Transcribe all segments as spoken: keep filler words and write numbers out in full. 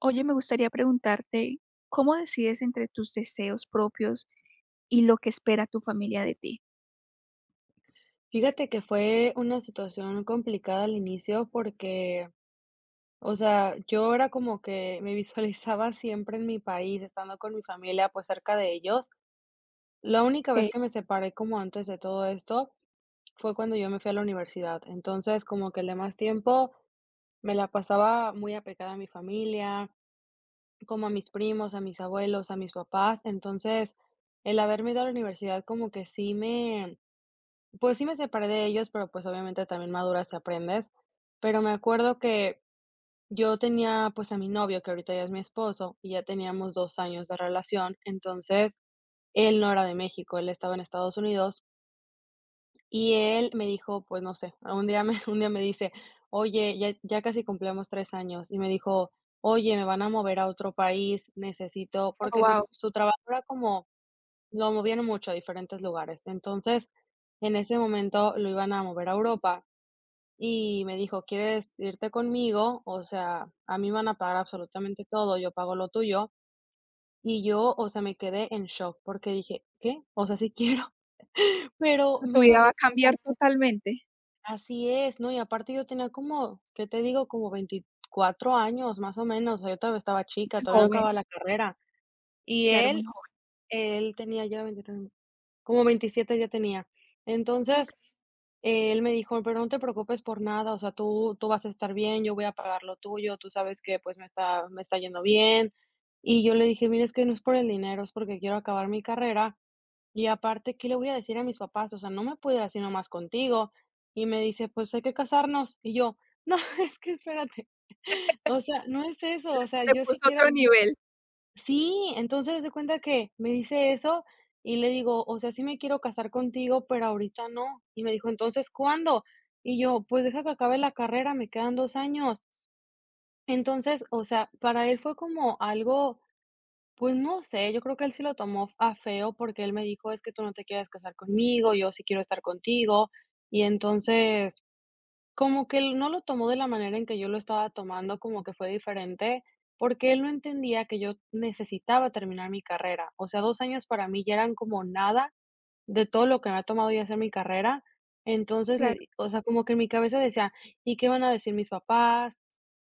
Oye, me gustaría preguntarte, ¿cómo decides entre tus deseos propios y lo que espera tu familia de ti? Fíjate que fue una situación complicada al inicio porque, o sea, yo era como que me visualizaba siempre en mi país, estando con mi familia, pues cerca de ellos. La única vez Okey. que me separé como antes de todo esto fue cuando yo me fui a la universidad. Entonces, como que el demás tiempo me la pasaba muy apegada a mi familia, como a mis primos, a mis abuelos, a mis papás. Entonces, el haberme ido a la universidad como que sí me Pues sí me separé de ellos, pero, pues, obviamente también maduras y aprendes, pero me acuerdo que yo tenía, pues, a mi novio, que ahorita ya es mi esposo, y ya teníamos dos años de relación. Entonces, él no era de México, él estaba en Estados Unidos, y él me dijo, pues, no sé, un día me un día me dice: "Oye, ya ya casi cumplimos tres años". Y me dijo: "Oye, me van a mover a otro país, necesito", Oh, porque su guau. su trabajo era como lo movían mucho a diferentes lugares. Entonces, en ese momento lo iban a mover a Europa y me dijo: "¿Quieres irte conmigo? O sea, a mí me van a pagar absolutamente todo, yo pago lo tuyo". Y yo, o sea, me quedé en shock porque dije: "¿Qué?". O sea, sí quiero, pero Tu me vida va agarró. a cambiar totalmente. Así es, ¿no? Y aparte yo tenía como, ¿qué te digo? Como veinticuatro años, más o menos. O sea, yo todavía estaba chica, Muy todavía no joven. acababa la carrera. Y Claro, muy él joven. él tenía ya veintitrés, como veintisiete ya tenía. Entonces, Okey. eh, él me dijo: "Pero no te preocupes por nada, o sea, tú tú vas a estar bien, yo voy a pagar lo tuyo. Tú sabes que, pues, me está me está yendo bien". Y yo le dije: "Mira, es que no es por el dinero, es porque quiero acabar mi carrera, y aparte, ¿qué le voy a decir a mis papás? O sea, no me puedo ir así nomás contigo". Y me dice: "Pues hay que casarnos". Y yo: "No, es que espérate, o sea, no es eso, o sea, Le yo sí puso quiero". otro nivel. Sí, entonces haz de cuenta que me dice eso y le digo: "O sea, sí me quiero casar contigo, pero ahorita no". Y me dijo: "Entonces, ¿cuándo?". Y yo: "Pues deja que acabe la carrera, me quedan dos años". Entonces, o sea, para él fue como algo, pues no sé, yo creo que él sí lo tomó a feo porque él me dijo: "Es que tú no te quieres casar conmigo, yo sí quiero estar contigo". Y entonces, como que él no lo tomó de la manera en que yo lo estaba tomando, como que fue diferente, porque él no entendía que yo necesitaba terminar mi carrera. O sea, dos años para mí ya eran como nada de todo lo que me ha tomado ya hacer mi carrera. Entonces, le Claro, di o sea, como que en mi cabeza decía: "¿Y qué van a decir mis papás?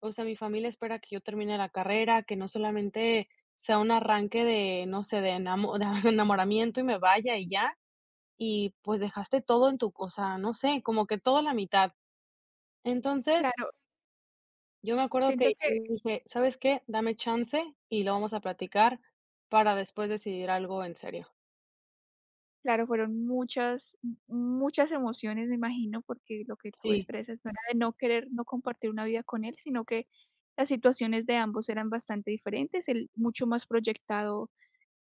O sea, mi familia espera que yo termine la carrera, que no solamente sea un arranque de, no sé, de enamo de enamoramiento y me vaya y ya, y pues dejaste todo en tu o sea, no sé, como que todo a la mitad". Entonces claro. yo me acuerdo que Siento yo que le dije: "¿Sabes qué? Dame chance y lo vamos a platicar para después decidir algo en serio". Claro, fueron muchas muchas emociones, me imagino, porque lo que tú Sí, expresas no era de no querer no compartir una vida con él, sino que las situaciones de ambos eran bastante diferentes, él mucho más proyectado,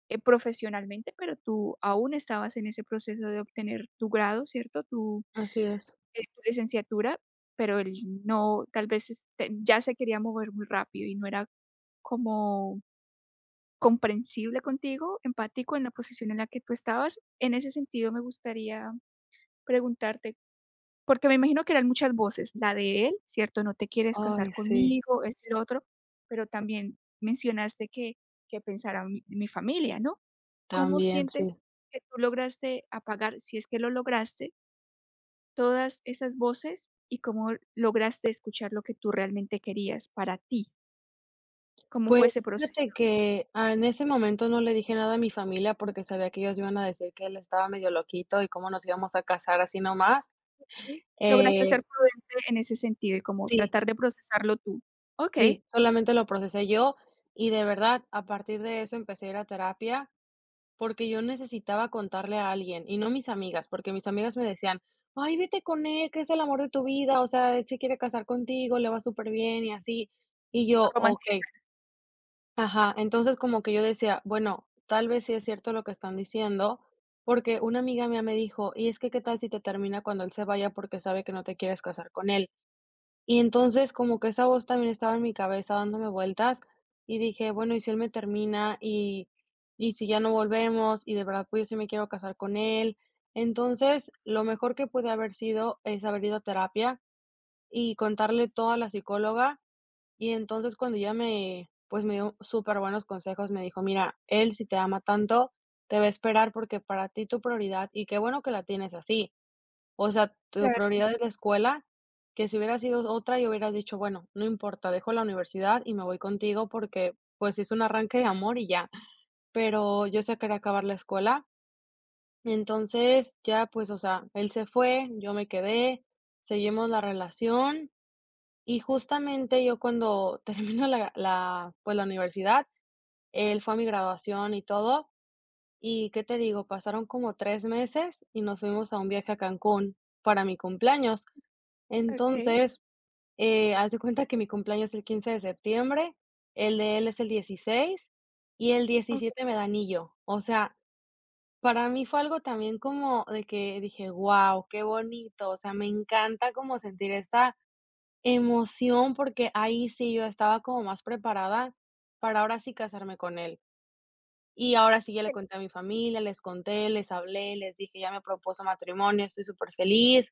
eh, profesionalmente, pero tú aún estabas en ese proceso de obtener tu grado, ¿cierto? Tu, así es. Eh, tu licenciatura, pero él no, tal vez, este, ya se quería mover muy rápido y no era como comprensible contigo, empático en la posición en la que tú estabas. En ese sentido, me gustaría Preguntarte, porque me imagino que eran muchas voces, la de él, ¿cierto? No te quieres Ay, casar sí, conmigo, es y lo otro, pero también mencionaste que que pensara mi mi familia, ¿no? ¿Cómo también, sí. sientes que tú lograste apagar, si es que lo lograste, todas esas voces y cómo lograste escuchar lo que tú realmente querías para ti? ¿Cómo Pues, fue ese proceso? fíjate que, ah, en ese momento no le dije nada a mi familia porque sabía que ellos iban a decir que él estaba medio loquito y cómo nos íbamos a casar así nomás. Okey. Lograste Eh, ser prudente en ese sentido y como sí, tratar de procesarlo tú. Okey, sí, solamente lo procesé yo, y de verdad, a partir de eso empecé a ir a terapia, porque yo necesitaba contarle a alguien, y no mis amigas, porque mis amigas me decían: "Ay, vete con él, que es el amor de tu vida, o sea, él se quiere casar contigo, le va súper bien y así". Y lo yo: romantiza. "Okey". Ajá, entonces como que yo decía: "Bueno, tal vez sí es cierto lo que están diciendo", porque una amiga mía me dijo: "Y es que, ¿qué tal si te termina cuando él se vaya porque sabe que no te quieres casar con él?". Y entonces como que esa voz también estaba en mi cabeza dándome vueltas, y dije: "Bueno, ¿y si él me termina? ¿Y y si ya no volvemos? Y de verdad, pues, yo sí me quiero casar con él". Entonces, lo mejor que pude haber sido es haber ido a terapia y contarle todo a la psicóloga. Y entonces, cuando ella me, pues, me dio súper buenos consejos, me dijo: "Mira, él si te ama tanto, te va a esperar, porque para ti tu prioridad y qué bueno que la tienes así, o sea, tu Claro, prioridad es la escuela, que si hubiera sido otra y hubieras dicho: 'Bueno, no importa, dejo la universidad y me voy contigo', porque, pues, es un arranque de amor y ya". Pero yo sí quería acabar la escuela. Entonces ya, pues, o sea, él se fue, yo me quedé, seguimos la relación. Y justamente yo cuando termino la la, pues, la universidad, él fue a mi graduación y todo. Y, ¿qué te digo? Pasaron como tres meses y nos fuimos a un viaje a Cancún para mi cumpleaños. okey, Entonces, eh, haz de cuenta que mi cumpleaños es el quince de septiembre, el de él es el dieciséis y el diecisiete me da anillo. O sea, para mí fue algo también como de que dije: "Wow, qué bonito". O sea, me encanta como sentir esta emoción, porque ahí sí yo estaba como más preparada para ahora sí casarme con él. Y ahora sí ya le okey, conté a mi familia, les conté, les hablé, les dije: "Ya me propuso matrimonio, estoy súper feliz".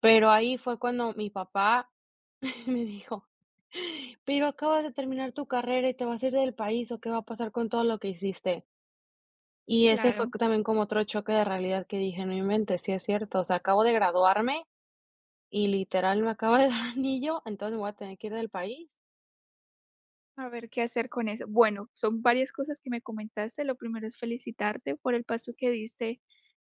Pero ahí fue cuando mi papá me dijo: "Pero acabas de terminar tu carrera y te vas a ir del país, ¿o qué va a pasar con todo lo que hiciste?". Y ese fue claro. co- también como otro choque de realidad, que dije, no inventes, sí es cierto, o sea, acabo de graduarme y literal me acabo de dar anillo, entonces me voy a tener que ir del país. A ver qué hacer con eso. Bueno, son varias cosas que me comentaste. Lo primero es felicitarte por el paso que diste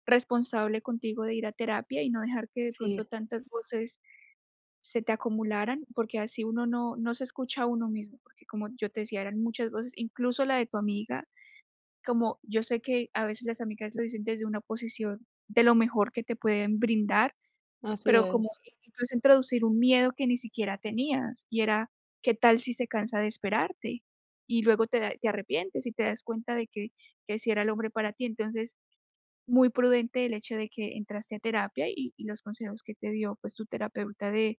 responsable contigo de ir a terapia y no dejar que de pronto Sí, tantas voces se te acumularan, porque así uno no, no se escucha a uno mismo, porque como yo te decía, eran muchas voces, incluso la de tu amiga, como yo sé que a veces las amigas lo dicen desde una posición de lo mejor que te pueden brindar, así pero como es, incluso introducir un miedo que ni siquiera tenías, y era, ¿qué tal si se cansa de esperarte? Y luego te da te arrepientes y te das cuenta de que que si era el hombre para ti. Entonces, muy prudente el hecho de que entraste a terapia y y los consejos que te dio, pues, tu terapeuta de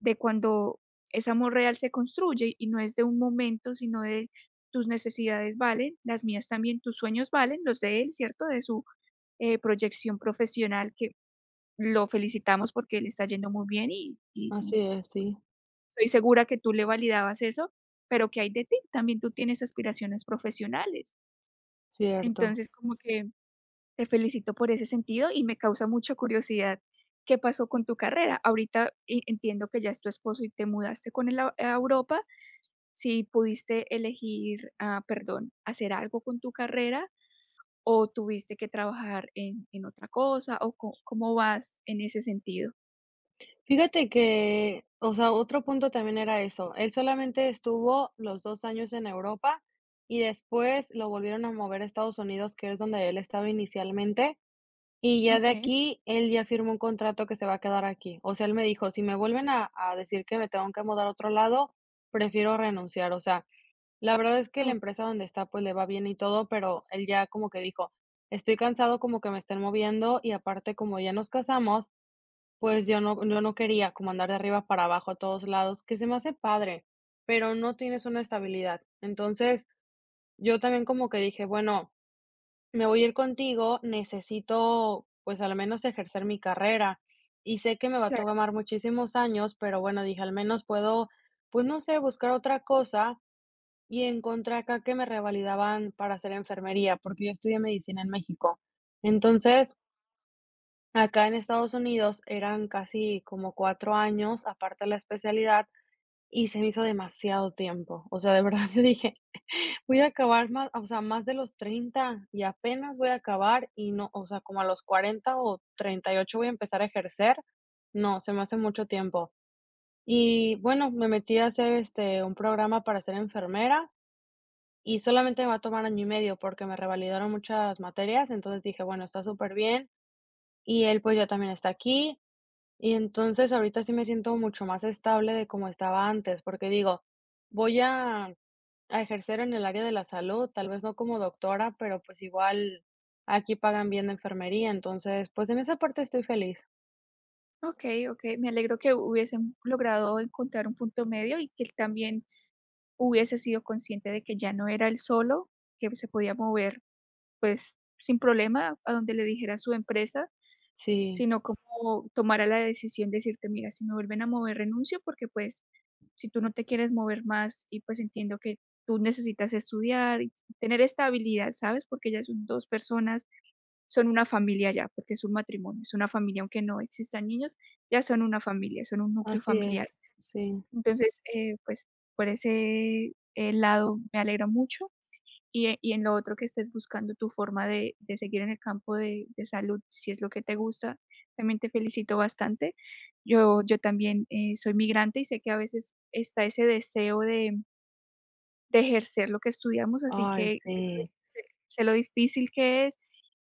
de cuando ese amor real se construye y no es de un momento, sino de tus necesidades valen, las mías también, tus sueños valen, los de él, ¿cierto? De su, eh, proyección profesional que lo felicitamos porque le está yendo muy bien y y así y es, sí, estoy segura que tú le validabas eso, pero ¿qué hay de ti? También tú tienes aspiraciones profesionales. cierto. Entonces, como que te felicito por ese sentido y me causa mucha curiosidad, ¿qué pasó con tu carrera? Ahorita e entiendo que ya es tu esposo y te mudaste con él a a Europa. Si pudiste elegir, ah, perdón, hacer algo con tu carrera o tuviste que trabajar en en otra cosa o co ¿cómo vas en ese sentido? Fíjate que, o sea, otro punto también era eso. Él solamente estuvo los dos años en Europa, y después lo volvieron a mover a Estados Unidos, que es donde él estaba inicialmente, y ya de Okey, aquí él ya firmó un contrato que se va a quedar aquí. O sea, él me dijo: "Si me vuelven a a decir que me tengo que mudar a otro lado, prefiero renunciar". O sea, la verdad es que la o empresa donde está, pues, le va bien y todo, pero él ya como que dijo: "Estoy cansado como que me estén moviendo, y aparte como ya nos casamos, pues yo no yo no quería como andar de arriba para abajo a todos lados, que se me hace padre, pero no tienes una estabilidad". Entonces, yo también como que dije: "Bueno, me voy a ir contigo, necesito, pues, al menos ejercer mi carrera. Y sé que me va a tomar muchísimos años, pero bueno". Dije: "Al menos puedo, pues, no sé, buscar otra cosa". Y encontré acá que me revalidaban para hacer enfermería, porque yo estudié medicina en México. Entonces, acá en Estados Unidos eran casi como cuatro años, aparte de la especialidad, y se me hizo demasiado tiempo. O sea, de verdad, yo dije: "Voy a acabar más, o sea, más de los treinta, y apenas voy a acabar. Y no, o sea, como a los cuarenta o treinta y ocho voy a empezar a ejercer. No, se me hace mucho tiempo". Y bueno, me metí a hacer, este, un programa para ser enfermera, y solamente me va a tomar año y medio porque me revalidaron muchas materias. Entonces dije: "Bueno, está súper bien". Y él, pues, ya también está aquí. Y entonces ahorita sí me siento mucho más estable de como estaba antes, porque digo, voy a a ejercer en el área de la salud, tal vez no como doctora, pero pues igual aquí pagan bien de enfermería. Entonces, pues en esa parte estoy feliz. Okey, okey, me alegro que hubiesen logrado encontrar un punto medio y que él también hubiese sido consciente de que ya no era él solo, que se podía mover, pues, sin problema a donde le dijera su empresa, Sí, sino como tomara la decisión de decirte: "Mira, si me vuelven a mover, renuncio, porque, pues, si tú no te quieres mover más y, pues, entiendo que tú necesitas estudiar y tener estabilidad", ¿sabes? Porque ya son dos personas son una familia ya, porque es un matrimonio, es una familia, aunque no existan niños, ya son una familia, son un núcleo así es, familiar. sí. Entonces, eh, pues, por ese, eh, lado me alegra mucho, y, eh, y en lo otro que estés buscando tu forma de de seguir en el campo de de salud, si es lo que te gusta, también te felicito bastante. Yo yo también, eh, soy migrante y sé que a veces está ese deseo de de ejercer lo que estudiamos, así Ay, que sí, sé lo di sé sé lo difícil que es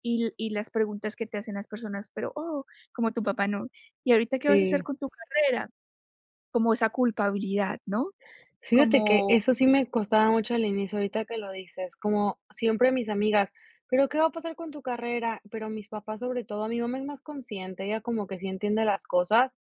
y y las preguntas que te hacen las personas, pero, oh, como tu papá, no. ¿Y ahorita qué vas a hacer sí. con tu carrera? Como esa culpabilidad, ¿no? Fíjate que Como eso sí me costaba mucho al inicio, ahorita que lo dices, como siempre mis amigas: "Pero ¿qué va a pasar con tu carrera?". Pero mis papás sobre todo, mi mamá es más consciente, ella como que sí entiende las cosas.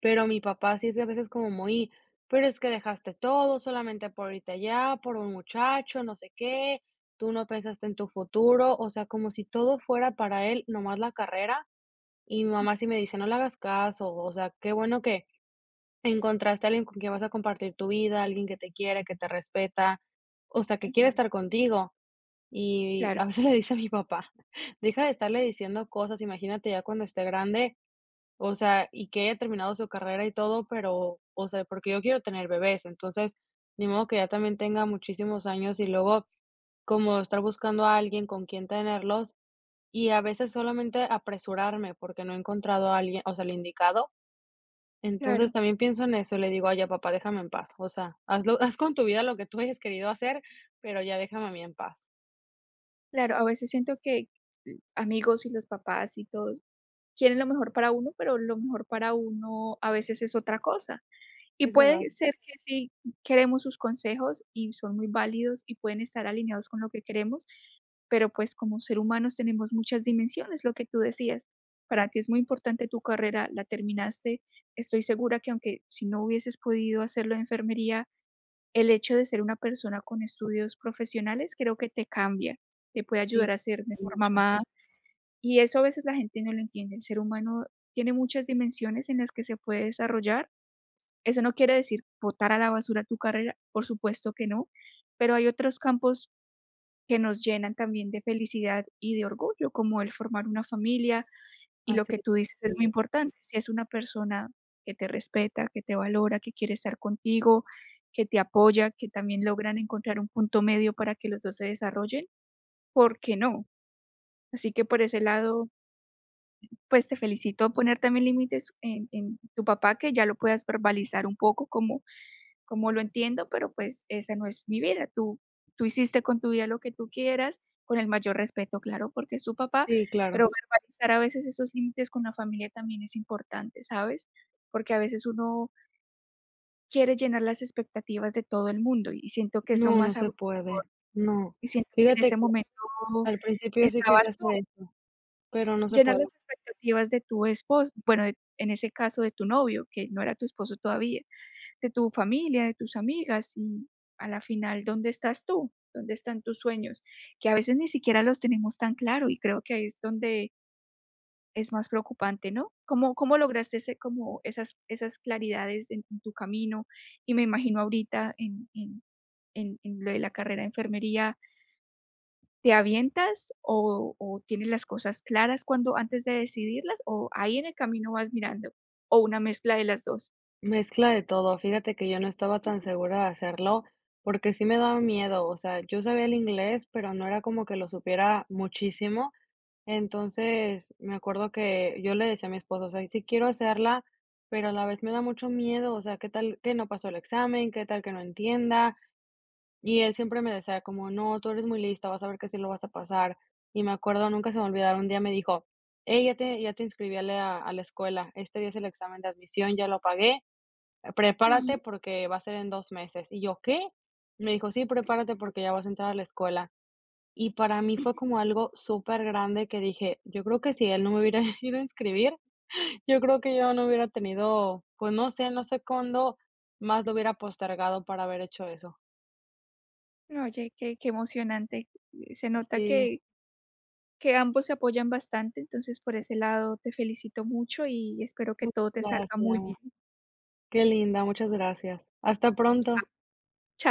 Pero mi papá sí es a veces como muy, pero es que dejaste todo solamente por irte allá, por un muchacho, no sé qué, tú no pensaste en tu futuro, o sea, como si todo fuera para él, nomás la carrera. Y mi mamá sí me dice: "No le hagas caso, o sea, qué bueno que encontraste a alguien con quien vas a compartir tu vida, alguien que te quiere, que te respeta, o sea, que quiere Ujú. estar contigo". Y Claro, a veces le dice a mi papá, deja de estarle diciendo cosas, imagínate ya cuando esté grande, o sea, y que haya terminado su carrera y todo, pero, o sea, porque yo quiero tener bebés, entonces, ni modo que ya también tenga muchísimos años y luego como estar buscando a alguien con quien tenerlos, y a veces solamente apresurarme porque no he encontrado a alguien, o sea, el indicado. Entonces claro, también pienso en eso y le digo: "Ay, papá, déjame en paz, o sea, hazlo haz con tu vida lo que tú hayas querido hacer, pero ya déjame a mí en paz". claro, a veces siento que amigos y los papás y todos quieren lo mejor para uno, pero lo mejor para uno a veces es otra cosa. Y Es verdad, puede ser que sí queremos sus consejos y son muy válidos y pueden estar alineados con lo que queremos, pero pues como ser humanos tenemos muchas dimensiones, lo que tú decías. Para ti es muy importante tu carrera, la terminaste. Estoy segura que aunque si no hubieses podido hacerlo en enfermería, el hecho de ser una persona con estudios profesionales creo que te cambia, te puede sí, ayudar a ser mejor mucho. mamá y eso a veces la gente no lo entiende. El ser humano tiene muchas dimensiones en las que se puede desarrollar eso no quiere decir botar a la basura tu carrera, por supuesto que no, pero hay otros campos que nos llenan también de felicidad y de orgullo, como el formar una familia y lo Así que es, tú dices es muy sí, importante. Si es una persona que te respeta, que te valora, que quiere estar contigo, que te apoya, que también logran encontrar un punto medio para que los dos se desarrollen, ¿por qué no? Así que por ese lado, pues te felicito poner también límites en en tu papá, que ya lo puedas verbalizar un poco como como lo entiendo, pero pues esa no es mi vida. Tú, tú hiciste con tu vida lo que tú quieras, con el mayor respeto, claro, porque es tu papá, sí, pero claro. verbalizar a veces esos límites con la familia también es importante, ¿sabes? Porque a veces uno quiere llenar las expectativas de todo el mundo y siento que es lo No, no más se abrumador puede, no. y siento que en Fíjate. ese momento Al principio sí quería estabas tú, hacer eso, pero no se llenar puede. las expectativas de tu esposo, bueno, de- en ese caso de tu novio, que no era tu esposo todavía de tu familia, de tus amigas y a la final, ¿dónde estás tú? ¿Dónde están tus sueños? Que a veces ni siquiera los tenemos tan claro y creo que ahí es donde es más preocupante, ¿no? ¿Cómo, cómo lograste ese, como esas, esas claridades en, en tu camino? Y me imagino ahorita en, en, en, en lo de la carrera de enfermería, ¿te avientas o, o tienes las cosas claras cuando antes de decidirlas o ahí en el camino vas mirando? ¿O una mezcla de las dos? Mezcla de todo. Fíjate que yo no estaba tan segura de hacerlo porque sí me daba miedo. O sea, yo sabía el inglés, pero no era como que lo supiera muchísimo. Entonces, me acuerdo que yo le decía a mi esposo, o sea, sí quiero hacerla, pero a la vez me da mucho miedo. O sea, ¿qué tal que no pasó el examen? ¿Qué tal que no entienda? Y él siempre me decía como: "No, tú eres muy lista, vas a ver que sí lo vas a pasar". Y me acuerdo, nunca se me va, un día me dijo: "Hey, ya te ya te inscribí a la a la escuela, este día es el examen de admisión, ya lo pagué, prepárate porque va a ser en dos meses". Y yo: "¿Qué?". Me dijo: "Sí, prepárate porque ya vas a entrar a la escuela". Y para mí fue como algo súper grande que dije: "Yo creo que si él no me hubiera ido a inscribir, yo creo que yo no hubiera tenido, pues, no sé, no sé cuándo más lo hubiera postergado para haber hecho eso". No, oye, qué qué emocionante. Eh, Se nota Sí. que que ambos se apoyan bastante, entonces por ese lado te felicito mucho y espero que Muchas todo te salga muy gracias. bien. Qué linda, muchas gracias. Hasta Chao. pronto. Chao.